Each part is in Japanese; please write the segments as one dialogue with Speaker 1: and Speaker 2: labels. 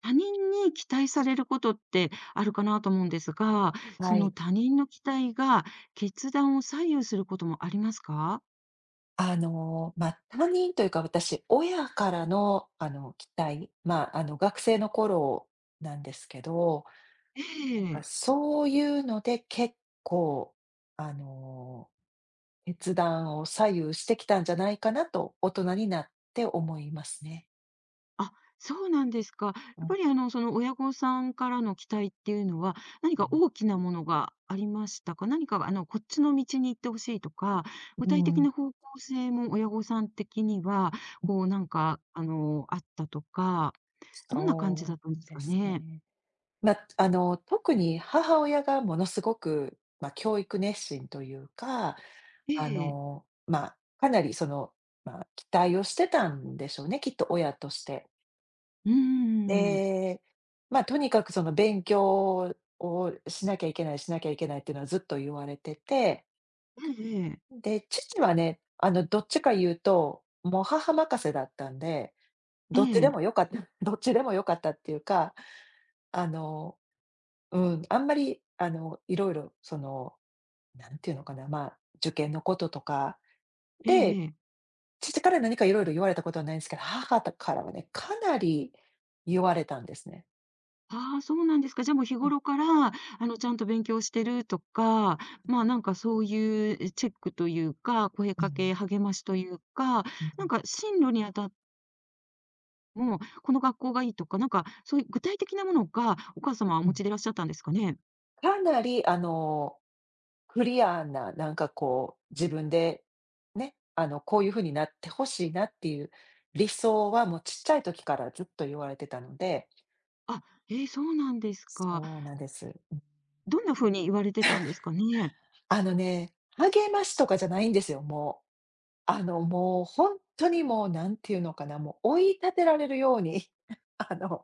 Speaker 1: 他人に期待されることってあるかなと思うんですが、そ
Speaker 2: は
Speaker 1: の
Speaker 2: い。
Speaker 1: 他人の期待が決断を左右することもありますか？
Speaker 2: 担任というか、私、親からの、期待、学生の頃なんですけど、
Speaker 1: え
Speaker 2: なんか
Speaker 1: え。
Speaker 2: そういうので結構、あの、決断を左右してきたんじゃないかなと、大人になって思いますね。
Speaker 1: あ、そうなんですか。やっ
Speaker 2: うん、
Speaker 1: ぱりその親御さんからの期待っていうのは、何
Speaker 2: う
Speaker 1: か
Speaker 2: ん。
Speaker 1: 大きなものがありましたか？何かこっちの道に行ってほしいとか、具
Speaker 2: う
Speaker 1: 体的
Speaker 2: ん、
Speaker 1: な方向性も親御さん的には、こうあったとか、どんな感じだ
Speaker 2: そう
Speaker 1: ったんです
Speaker 2: で
Speaker 1: か
Speaker 2: す
Speaker 1: ね？
Speaker 2: ね。特に母親がものすごく、教育熱心というか
Speaker 1: ええ。
Speaker 2: かなりその、期待をしてたんでしょうね、きっと親として。
Speaker 1: うんん。
Speaker 2: で、まあ、とにかくその勉強をしなきゃいけないしなきゃいけないっていうのはずっと言われてて、
Speaker 1: ええ。
Speaker 2: で、父はね、あの、どっちか言うと、もう母任せだったんで、
Speaker 1: え
Speaker 2: どっちで
Speaker 1: え、
Speaker 2: もよかった どっちでもよかったっていうか、あの、うん、あんまり、いろいろその、なんていうのかな、まあ、受験のこととか
Speaker 1: え
Speaker 2: で
Speaker 1: えええ。
Speaker 2: 父から何かいろいろ言われたことはないんですけど、母からはね、かなり言われたんですね。
Speaker 1: ああ、そうなんですか。じゃあもう日
Speaker 2: うん、
Speaker 1: 頃から、ちゃんと勉強してるとか、まあ、なんかそういう、チェックというか、声
Speaker 2: う
Speaker 1: か
Speaker 2: ん、
Speaker 1: け、励ましというか、
Speaker 2: う
Speaker 1: なん
Speaker 2: ん、
Speaker 1: か進路にあたっても、この学校がいいとか、なんかそういう具体的なものがお母様はお
Speaker 2: う
Speaker 1: 持
Speaker 2: ん。
Speaker 1: ちでいらっしゃったんですかね？
Speaker 2: かなりクリアな、なんかこう、自分で、ね、あの、こういうふうになってほしいなっていう理想はもうちっちゃい時からずっと言われてたので
Speaker 1: あ、ええ、そうなんですか。
Speaker 2: そうなんです。
Speaker 1: どんな風に言われてたんですかね？
Speaker 2: あのね、励ましとかじゃないんですよ、もう。あの、もう本当にもう、なんていうのかな、もう追い立てられるように、あの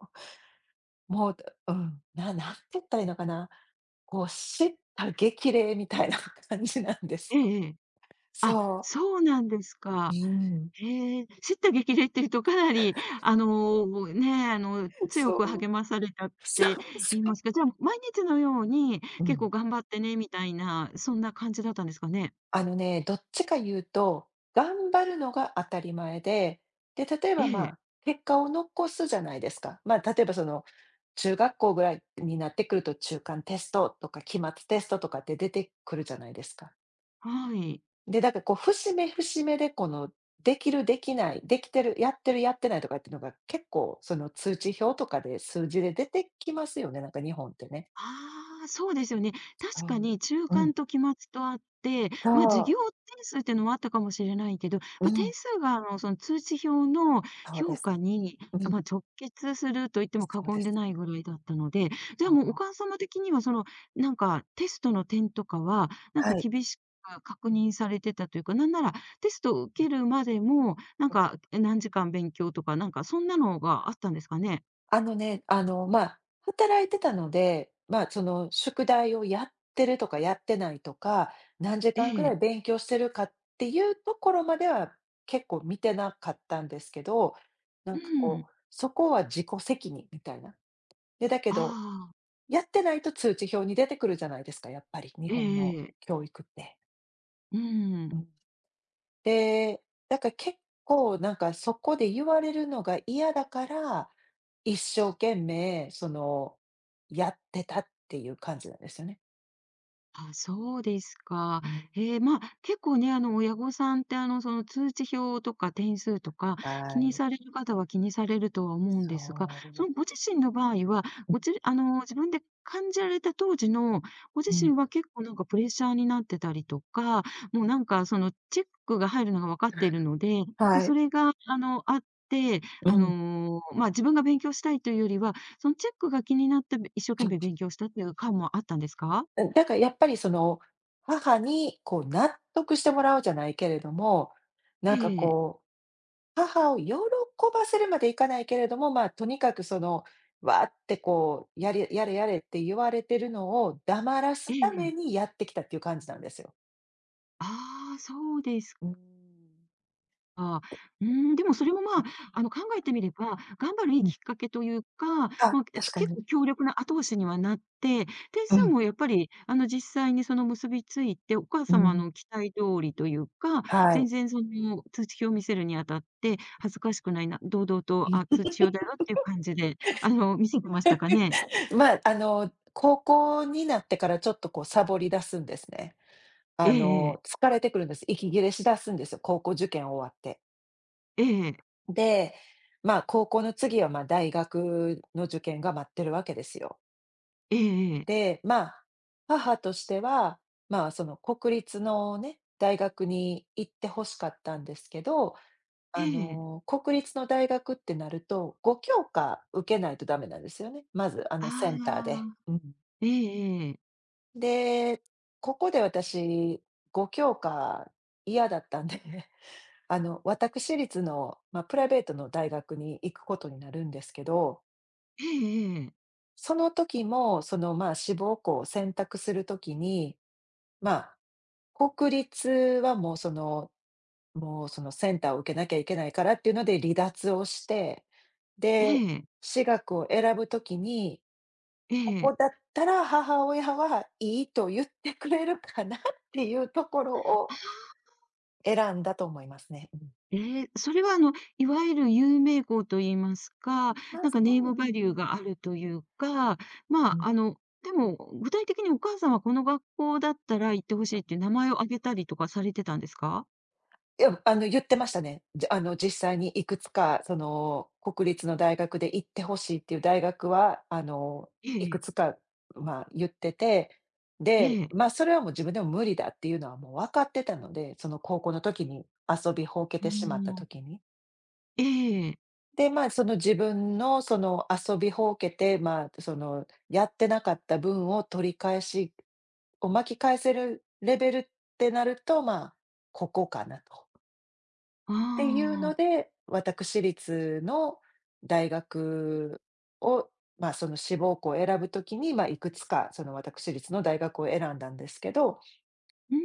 Speaker 2: もう、うん、な、何て言ったらいいのかな、こう、叱咤激励みたいな感じなんで
Speaker 1: え
Speaker 2: すよ。
Speaker 1: えええ。あ、
Speaker 2: そう。
Speaker 1: そうなんですか。
Speaker 2: うん。
Speaker 1: へえ、叱咤激励っていうとかなり、あの、ね、強
Speaker 2: そ
Speaker 1: く
Speaker 2: う。
Speaker 1: 励まされたっ
Speaker 2: そ
Speaker 1: て
Speaker 2: うそ
Speaker 1: 言いま
Speaker 2: う。
Speaker 1: すか、じゃあ、毎日のように
Speaker 2: う
Speaker 1: 結
Speaker 2: ん。
Speaker 1: 構頑張ってねみたいな、そんな感じだったんですかね？
Speaker 2: あのね、どっちか言うと、頑張るのが当たり前で、で、例え
Speaker 1: え
Speaker 2: ば、ま
Speaker 1: え、
Speaker 2: あ、結果を残すじゃないですか。まあ、例えばその、中学校ぐらいになってくると中間テストとか期末テストとかって出てくるじゃないですか。
Speaker 1: はい。
Speaker 2: で、だからこう節目節目でこのできるできない、できてる、やってるやってないとかっていうのが結構その通知表とかで数字で出てきますよね、なんか日本ってね。
Speaker 1: ああ、そうですよね。確
Speaker 2: う
Speaker 1: か
Speaker 2: う。
Speaker 1: に中
Speaker 2: うん、
Speaker 1: 間と期末とあって、
Speaker 2: そ
Speaker 1: まあ、授
Speaker 2: う。
Speaker 1: 業点数っていうのもあったかもしれないけど、
Speaker 2: う
Speaker 1: まあ、点
Speaker 2: ん、
Speaker 1: 数がその通知表の
Speaker 2: そうで
Speaker 1: 評
Speaker 2: す。
Speaker 1: 価に、
Speaker 2: うん、
Speaker 1: まあ、直結すると言っても過
Speaker 2: そうで
Speaker 1: 言で
Speaker 2: す。
Speaker 1: ないぐらいだったので、じゃあ
Speaker 2: そ
Speaker 1: もうお
Speaker 2: う。
Speaker 1: 母様的にはその、なんかテストの点とかは、なん
Speaker 2: は
Speaker 1: か
Speaker 2: い。
Speaker 1: 厳しく確認されてたというか、なんならテストを受けるまでも、なんか、何時間勉強とか、なんかそんなのがあったんですかね？
Speaker 2: あのね、あの、まあ、働いてたので、まあ、その宿題をやってるとかやってないとか、何時
Speaker 1: え
Speaker 2: 間ぐら
Speaker 1: え。
Speaker 2: い勉強してるかっていうところまでは結構見てなかったんですけど、なん
Speaker 1: う
Speaker 2: かこ
Speaker 1: ん。
Speaker 2: う、そこは自己責任みたいな。で、だけど、
Speaker 1: ああ、
Speaker 2: やってないと通知表に出てくるじゃないですか、やっぱり日
Speaker 1: え
Speaker 2: 本の
Speaker 1: え。
Speaker 2: 教育って。
Speaker 1: う
Speaker 2: う
Speaker 1: ん。
Speaker 2: ん。で、だから結構なんかそこで言われるのが嫌だから、一生懸命その、やってたっていう感じなんですよね。
Speaker 1: あ、そうですか。
Speaker 2: うん。
Speaker 1: ええ、まあ、結構ね、あの、親御さんって、その、通知表とか点数とか、
Speaker 2: は
Speaker 1: 気に
Speaker 2: い、
Speaker 1: される方は気にされるとは思うんですが、そ
Speaker 2: そ
Speaker 1: の、ご自身の場合は、
Speaker 2: う。
Speaker 1: ごじあの、自分で感じられた当時のご自
Speaker 2: うん、うん。
Speaker 1: 身は結構なんかプレッシャーになってたりとか、もうなんか、その、チェックが入るのが分かっているので、もう
Speaker 2: は
Speaker 1: そ
Speaker 2: い。
Speaker 1: れが、あって、
Speaker 2: うん。
Speaker 1: まあ、自分が勉強したいというよりは、そのチェックが気になって、一生懸命勉強したっていう感もあったんですか？
Speaker 2: うん、だからやっぱりその、母にこう納得してもらうじゃないけれども、
Speaker 1: え
Speaker 2: なんか
Speaker 1: え。
Speaker 2: こう母を喜ばせるまでいかないけれども、まあ、とにかくその、わーってこう、やれやれやれって言われてるのを黙らすた
Speaker 1: ええ。
Speaker 2: めにやってきたっていう感じなんですよ。
Speaker 1: ああ、そうですか。
Speaker 2: うーん。
Speaker 1: うーん、でもそれも、まあ、考えてみれば、頑張るいい
Speaker 2: うん。
Speaker 1: きっかけというか、
Speaker 2: あ、
Speaker 1: まあ、
Speaker 2: 確か
Speaker 1: 結
Speaker 2: に。
Speaker 1: 構強力な後押しにはなって、点
Speaker 2: う
Speaker 1: 数
Speaker 2: ん、
Speaker 1: もやっぱり、実際にその結びついて、お母
Speaker 2: う
Speaker 1: 様
Speaker 2: ん。
Speaker 1: の期待通りというか、
Speaker 2: は
Speaker 1: 全
Speaker 2: い。
Speaker 1: 然その通知表を見せるにあたって、恥ずかしくないな、堂々と、あ、通知表だよっていう感じで、見せてましたかね？
Speaker 2: まあ、あの、高校になってからちょっとこうサボり出すんですね。
Speaker 1: え
Speaker 2: あ
Speaker 1: えええ。
Speaker 2: の、疲れてくるんです。息切れしだすんですよ、高校受験終わって。
Speaker 1: ええ。
Speaker 2: で、まあ、高校の次は、まあ、大学の受験が待ってるわけですよ。
Speaker 1: ええええ。
Speaker 2: で、まあ、母としては、まあ、その国立のね、大学に行って欲しかったんですけど、
Speaker 1: え
Speaker 2: あ
Speaker 1: え。
Speaker 2: の、国立の大学ってなると、5教科受けないとダメなんですよね。まず、あの、セ
Speaker 1: あ
Speaker 2: ンターで。
Speaker 1: あ。
Speaker 2: うん。
Speaker 1: ええ。
Speaker 2: で、ここで私、5教科嫌だったんで あの、私立の、まあ、プライベートの大学に行くことになるんですけど、
Speaker 1: ええ。ええ
Speaker 2: その時も、その、まあ、志望校を選択する時に、まあ、国立はもうそのセンターを受けなきゃいけないからっていうので離脱をして、
Speaker 1: え
Speaker 2: で、
Speaker 1: え、
Speaker 2: 私学を選ぶときに、
Speaker 1: え
Speaker 2: ここ
Speaker 1: え。
Speaker 2: だったら母親はいいと言ってくれるかなっていうところを選んだと思いますね。うん。
Speaker 1: ええ、それはいわゆる有名校と言いますか、
Speaker 2: まあ、
Speaker 1: なん
Speaker 2: そ
Speaker 1: かネームバリュー
Speaker 2: う。
Speaker 1: があるというか、ま
Speaker 2: う
Speaker 1: あ、
Speaker 2: ん。
Speaker 1: でも、具体的にお母さんはこの学校だったら行ってほしいっていう名前を挙げたりとかされてたんですか？
Speaker 2: いや、あの、言ってましたね。じ、あの、実際にいくつか、その、国立の大学で行ってほしいっていう大学は、あの、
Speaker 1: え
Speaker 2: いく
Speaker 1: え、
Speaker 2: つか、まあ、言ってて、
Speaker 1: え
Speaker 2: で、
Speaker 1: え、
Speaker 2: まあ、それはもう自分でも無理だっていうのはもう分かってたので、その高校の時に遊びほうけ
Speaker 1: う
Speaker 2: てしまっ
Speaker 1: ー
Speaker 2: た
Speaker 1: ん、
Speaker 2: 時に。
Speaker 1: ええ、
Speaker 2: で、まあ、その自分のその遊びほうけて、まあ、その、やってなかった分を取り返しを巻き返せるレベルってなると、まあ、ここかなと。
Speaker 1: あ
Speaker 2: っていうの
Speaker 1: あ、
Speaker 2: で、私立の大学を、まあ、その志望校を選ぶときに、まあ、いくつかその私立の大学を選んだんですけど、
Speaker 1: うー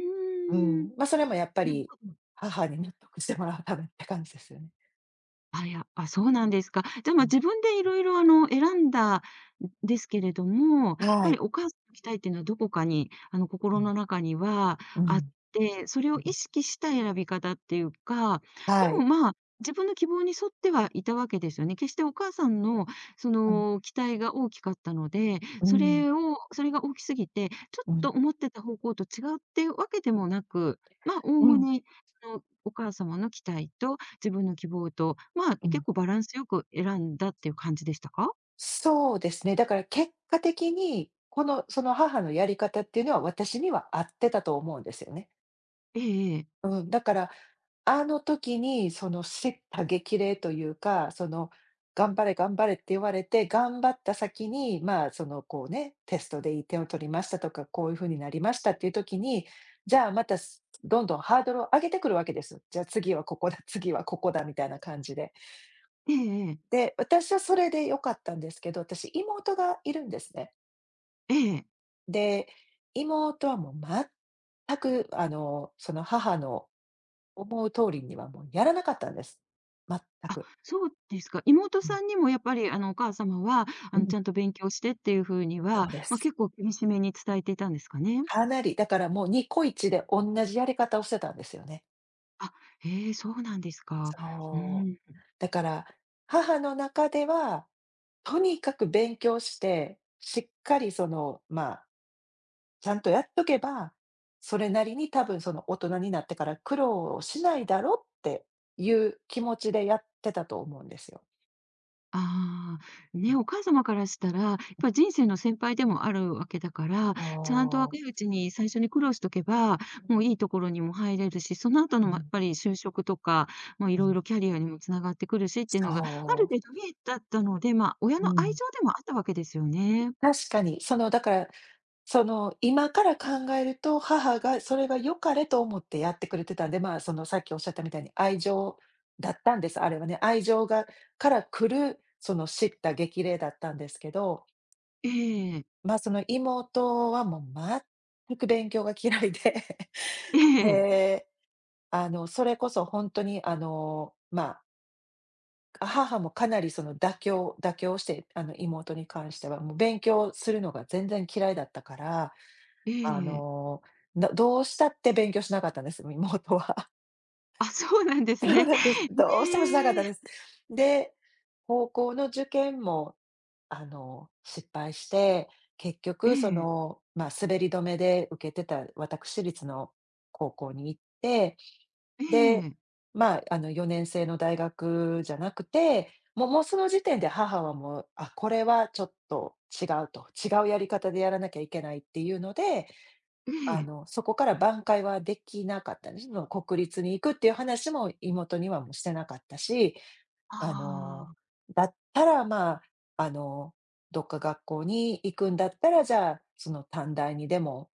Speaker 2: う
Speaker 1: ん、
Speaker 2: ん、まあ、それもやっぱ
Speaker 1: なる
Speaker 2: り
Speaker 1: ほど。
Speaker 2: 母に納得してもらうためって感じですよね。
Speaker 1: あ、いや、あ、そうなんですか。じゃあ、まあ、自
Speaker 2: う
Speaker 1: 分でいろいろ、選んだんですけれども、やっ
Speaker 2: ん、は
Speaker 1: ぱり
Speaker 2: い。
Speaker 1: お母さんの期待っていうのはどこかに、
Speaker 2: う
Speaker 1: 心
Speaker 2: ん、
Speaker 1: の中には
Speaker 2: うん、う
Speaker 1: あって、それを意
Speaker 2: ん、
Speaker 1: 識した選び方っていうか、
Speaker 2: は
Speaker 1: で
Speaker 2: い。
Speaker 1: も、まあ、自分の希望に沿ってはいたわけですよね。決してお母さんの、そ
Speaker 2: うん、
Speaker 1: の、期待が大きかったので、
Speaker 2: う
Speaker 1: そ
Speaker 2: ん、
Speaker 1: れをそれが大きすぎて、ちょっ
Speaker 2: うん、
Speaker 1: と思ってた方向と違うっていうわけでもなく、まあ、おお
Speaker 2: う
Speaker 1: む
Speaker 2: ん、
Speaker 1: ね、その、お母様の期待と自分の希望と、まあ、
Speaker 2: う
Speaker 1: 結
Speaker 2: ん。
Speaker 1: 構バランスよく選んだっていう感じでしたか？
Speaker 2: そうですね、だから結果的に、この、その母のやり方っていうのは私には合ってたと思うんですよね。
Speaker 1: ええええ。
Speaker 2: うん、だからあの時に、その叱咤激励というか、その、頑張れ頑張れって言われて、頑張った先に、まあ、その、こうね、テストでいい点を取りましたとか、こういう風になりましたっていう時に、じゃあまた、どんどんハードルを上げてくるわけです。じゃあ次はここだ、次はここだみたいな感じで。
Speaker 1: ええええ。
Speaker 2: で、私はそれで良かったんですけど、私妹がいるんですね。で、妹はもう全く、あの、その母の思う通りにはもうやらなかったんです。全
Speaker 1: あ、
Speaker 2: く。
Speaker 1: そうですか。妹
Speaker 2: うん、
Speaker 1: さんにもやっぱり、お母様は、
Speaker 2: うん、
Speaker 1: ちゃんと勉強してっていう風に
Speaker 2: そ
Speaker 1: は、
Speaker 2: うで
Speaker 1: まあ、
Speaker 2: す。
Speaker 1: 結構厳しめに伝えていたんですかね？
Speaker 2: かなり、だからもうニコイチでおんなじやり方をしてたんですよね。
Speaker 1: あ、へえ、そうなんですか。うー
Speaker 2: そう。
Speaker 1: ん。
Speaker 2: だから、母の中では、とにかく勉強して、しっかりその、まあ、ちゃんとやっとけば、それなりに多分その大人になってから苦労をしないだろうっていう気持ちでやってたと思うんですよ。
Speaker 1: ああ、ね、お母様からしたら、やっぱり人生の先輩でもあるわけだから、ちゃんと若いう
Speaker 2: そ
Speaker 1: ちに最初に苦労しとけば、もういいところにも入れるし、その後
Speaker 2: う。
Speaker 1: の
Speaker 2: う
Speaker 1: まやっ
Speaker 2: ん。
Speaker 1: ぱり就職とか、もうい
Speaker 2: う
Speaker 1: ろい
Speaker 2: ん、
Speaker 1: ろキャリアにもつながってくるしっていうのが、ある
Speaker 2: そ
Speaker 1: 程度見えたったので、まあ、親
Speaker 2: う。う
Speaker 1: の愛
Speaker 2: ん。
Speaker 1: 情でもあったわけですよね。
Speaker 2: 確かに、そのだからその、今から考えると、母がそれが良かれと思ってやってくれてたんで、まあ、その、さっきおっしゃったみたいに愛情だったんです、あれはね。愛情から来る、その、叱咤激励だったんですけど、
Speaker 1: ええ、
Speaker 2: まあ、その、妹はもう全く勉強が嫌いで
Speaker 1: ええ、
Speaker 2: で、あの、それこそ本当に、あの、まあ、母もかなり、その、妥協して、あの、妹に関しては、もう勉強するのが全然嫌いだったから、
Speaker 1: え
Speaker 2: あ
Speaker 1: え。
Speaker 2: の、どうしたって勉強しなかったんです、妹は。
Speaker 1: あ、そうなんです
Speaker 2: そう
Speaker 1: ね。
Speaker 2: なんです。どうしてもしなかっ
Speaker 1: ええ、
Speaker 2: たです。で、高校の受験も、失敗して、結
Speaker 1: え
Speaker 2: 局そ
Speaker 1: え、
Speaker 2: の、滑り止めで受けてた私立の高校に行って、
Speaker 1: え
Speaker 2: で、
Speaker 1: え、
Speaker 2: まあ、あの、4年生の大学じゃなくて、もうその時点で母はもう、あ、これはちょっと違うと、違うやり方でやらなきゃいけないっていうので
Speaker 1: ええ。
Speaker 2: そこから挽回はできなかったんです。その国立に行くっていう話も妹にはもうしてなかったし、あ
Speaker 1: あ
Speaker 2: の、
Speaker 1: あ、
Speaker 2: だったら、まあ、あの、どっか学校に行くんだったら、じゃあ、その短大にでも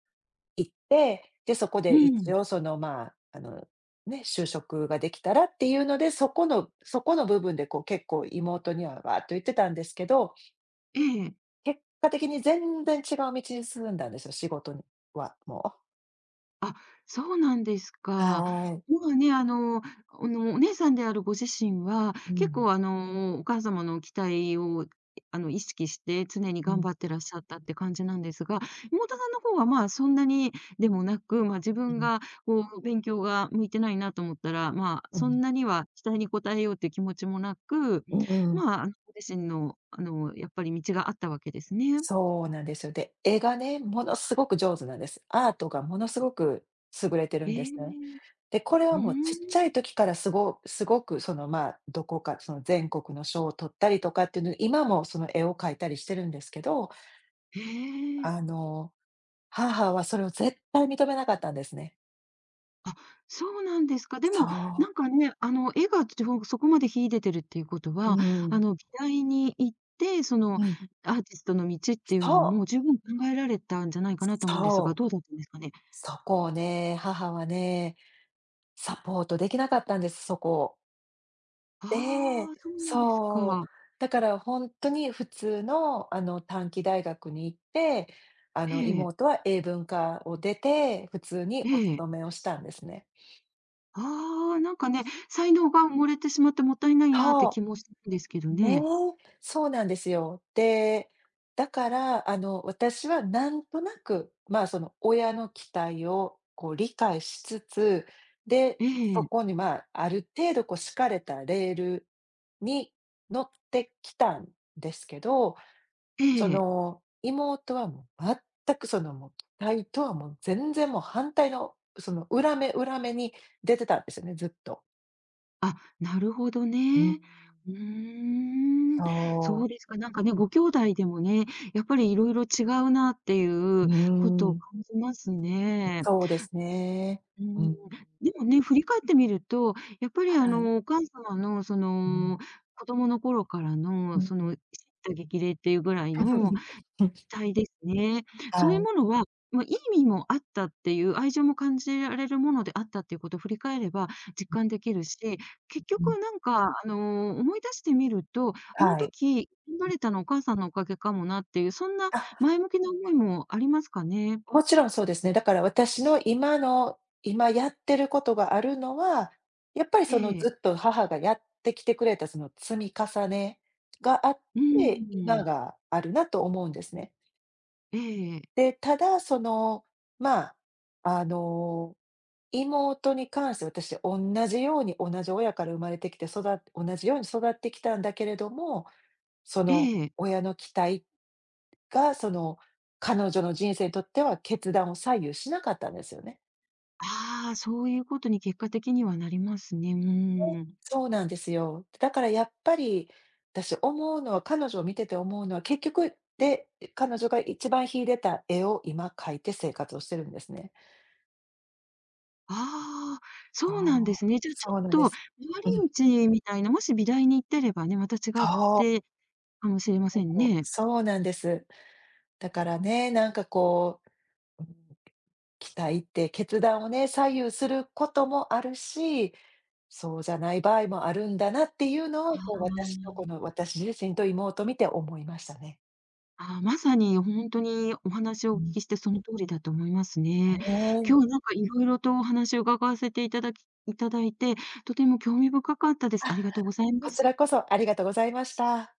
Speaker 2: 行って、で、そこ
Speaker 1: う
Speaker 2: で一
Speaker 1: ん、
Speaker 2: 応その、まあ、ね、就職ができたらっていうので、そこの部分でこう結構妹にはわーっと言ってたんですけど、
Speaker 1: ええ。
Speaker 2: 結果的に全然違う道に進んだんですよ、仕事には、もう。
Speaker 1: あ、そうなんですか。
Speaker 2: はーい。
Speaker 1: まあね、お姉さんであるご自身は、
Speaker 2: う
Speaker 1: 結
Speaker 2: ん。
Speaker 1: 構、お母様の期待を、意識して常に
Speaker 2: う
Speaker 1: 頑
Speaker 2: ん、
Speaker 1: 張ってらっしゃったって感じなんですが、妹さんの方は、まあ、そんなにでもなく、まあ、自
Speaker 2: う
Speaker 1: 分
Speaker 2: ん、
Speaker 1: が、こう、勉強が向いてないなと思ったら、まあ、
Speaker 2: う
Speaker 1: そん
Speaker 2: ん、
Speaker 1: なには期待に応えようっていう気持ちもなく、
Speaker 2: うんうんうんうん、
Speaker 1: まあ、ご自身の、やっぱり道があったわけですね。
Speaker 2: そうなんですよ。で、絵がね、ものすごく上手なんです。アートがものすごく優れてる
Speaker 1: へ
Speaker 2: んですね。
Speaker 1: え。
Speaker 2: で、これ
Speaker 1: う
Speaker 2: は
Speaker 1: ー
Speaker 2: もうちっちゃ
Speaker 1: ん。
Speaker 2: い時からすごくその、まあ、どこかその全国の賞を取ったりとかっていうの今もその絵を描いたりしてるんですけど、
Speaker 1: へえ。
Speaker 2: あの、母はそれを絶対認めなかったんですね。
Speaker 1: あ、そうなんですか。で
Speaker 2: そ
Speaker 1: も、なん
Speaker 2: う。
Speaker 1: かね、絵がちょそこまで秀でてるっていうこと
Speaker 2: う
Speaker 1: は、
Speaker 2: ん、
Speaker 1: 美大に行って、その、
Speaker 2: うん。
Speaker 1: アーティストの道っていう
Speaker 2: そ
Speaker 1: の
Speaker 2: う、
Speaker 1: も十分考えられたんじゃないかなと思うんですが、
Speaker 2: そう。
Speaker 1: どうだったんですかね？
Speaker 2: そこをね、母はね、サポートできなかったんです、そこを。
Speaker 1: あ
Speaker 2: で、
Speaker 1: あ、そうなんです
Speaker 2: そう。
Speaker 1: か。
Speaker 2: だから本当に普通の、短期大学に行って、
Speaker 1: ええ、
Speaker 2: 妹は英文科を出て、普通に
Speaker 1: え
Speaker 2: お
Speaker 1: え。
Speaker 2: 勤めをしたんですね。
Speaker 1: ああ、なんかね、才能が埋もれてしまってもったいないなって
Speaker 2: そ
Speaker 1: 気もするんですけど
Speaker 2: う。ね、
Speaker 1: ね。
Speaker 2: そうなんですよ。で、だから、私はなんとなく、まあ、その親の期待をこう理解しつつ、で、
Speaker 1: え
Speaker 2: そ
Speaker 1: え、
Speaker 2: こに、まあ、ある程度こう敷かれたレールに乗ってきたんですけど、
Speaker 1: え
Speaker 2: そ
Speaker 1: え。
Speaker 2: の、妹はもう全くその、もう期待とはもう全然もう反対の、その裏目裏目に出てたんですよね、ずっと。
Speaker 1: あ、なるほど
Speaker 2: うん。
Speaker 1: ね。うーん、そ
Speaker 2: そ
Speaker 1: うですか。なんかね、
Speaker 2: う。
Speaker 1: ご兄弟でもね、やっぱりいろいろ違うなっていう
Speaker 2: う
Speaker 1: ことを
Speaker 2: ん、
Speaker 1: 感じますね。
Speaker 2: そうですね。
Speaker 1: う
Speaker 2: う
Speaker 1: ん、
Speaker 2: ん。
Speaker 1: でもね、振り返ってみると、やっぱり
Speaker 2: はい。
Speaker 1: お母様のそ
Speaker 2: うん。
Speaker 1: の、子供の頃から
Speaker 2: う
Speaker 1: のその
Speaker 2: ん
Speaker 1: 叱咤激励っていうぐらいの期 待ですね。
Speaker 2: は
Speaker 1: そういう
Speaker 2: い。
Speaker 1: ものは、まあ、いい意味もあったっていう、愛情も感じられるものであったっていうことを振り返れば実感できるし、結
Speaker 2: うん。
Speaker 1: 局なんか、思い出してみると、あの
Speaker 2: はい。
Speaker 1: 時頑張れたのお母さんのおかげかもなっていう、そんな
Speaker 2: あ、
Speaker 1: 前向きな思いもありますかね？
Speaker 2: もちろんそうですね。だから私の今の、今やってることがあるのは、やっぱり
Speaker 1: え
Speaker 2: その
Speaker 1: え。
Speaker 2: ずっと母がやってきてくれたその積み重ねがあっ
Speaker 1: う
Speaker 2: て、
Speaker 1: ー
Speaker 2: 今
Speaker 1: ん。
Speaker 2: があるなと思うんですね。
Speaker 1: ええええ。
Speaker 2: で、ただその、まあ、あの、妹に関して私同じように同じ親から生まれてきて、同じように育ってきたんだけれども、そ
Speaker 1: え
Speaker 2: の
Speaker 1: え。
Speaker 2: 親の期待が、その彼女の人生にとっては決断を左右しなかったんですよね。
Speaker 1: ああ、そういうことに結果的にはなりますね。う
Speaker 2: ね、
Speaker 1: ーん。
Speaker 2: そうなんですよ。だからやっぱり、私思うのは彼女を見てて思うのは、結局、で、彼女が一番秀でた絵を今描いて生活をしてるんですね。
Speaker 1: ああ、
Speaker 2: そ
Speaker 1: そうなん
Speaker 2: う、
Speaker 1: ですね。じゃあ、ちょっ
Speaker 2: そうなんで
Speaker 1: と
Speaker 2: す。
Speaker 1: 回
Speaker 2: うん、
Speaker 1: り道みたいな、もし美大に行ってればね、また違っ
Speaker 2: そ
Speaker 1: てかもしれま
Speaker 2: う、
Speaker 1: せんね。
Speaker 2: そうなんです。だからね、なんかこう、うん、期待って決断をね、左右することもあるしそうじゃない場合もあるんだなっていうのを、こう、私自身と妹を見て思いましたね。
Speaker 1: ああ、ああまさにほんとにお話を
Speaker 2: う
Speaker 1: お聞
Speaker 2: ん、
Speaker 1: きしてその通りだと思いますね。
Speaker 2: ね
Speaker 1: 今
Speaker 2: え。
Speaker 1: 日はなんか色々とお話を伺わせていただいて、とても興味深かったです。
Speaker 2: あ、
Speaker 1: ありがとうございま
Speaker 2: こち
Speaker 1: す。
Speaker 2: らこそありがとうございました。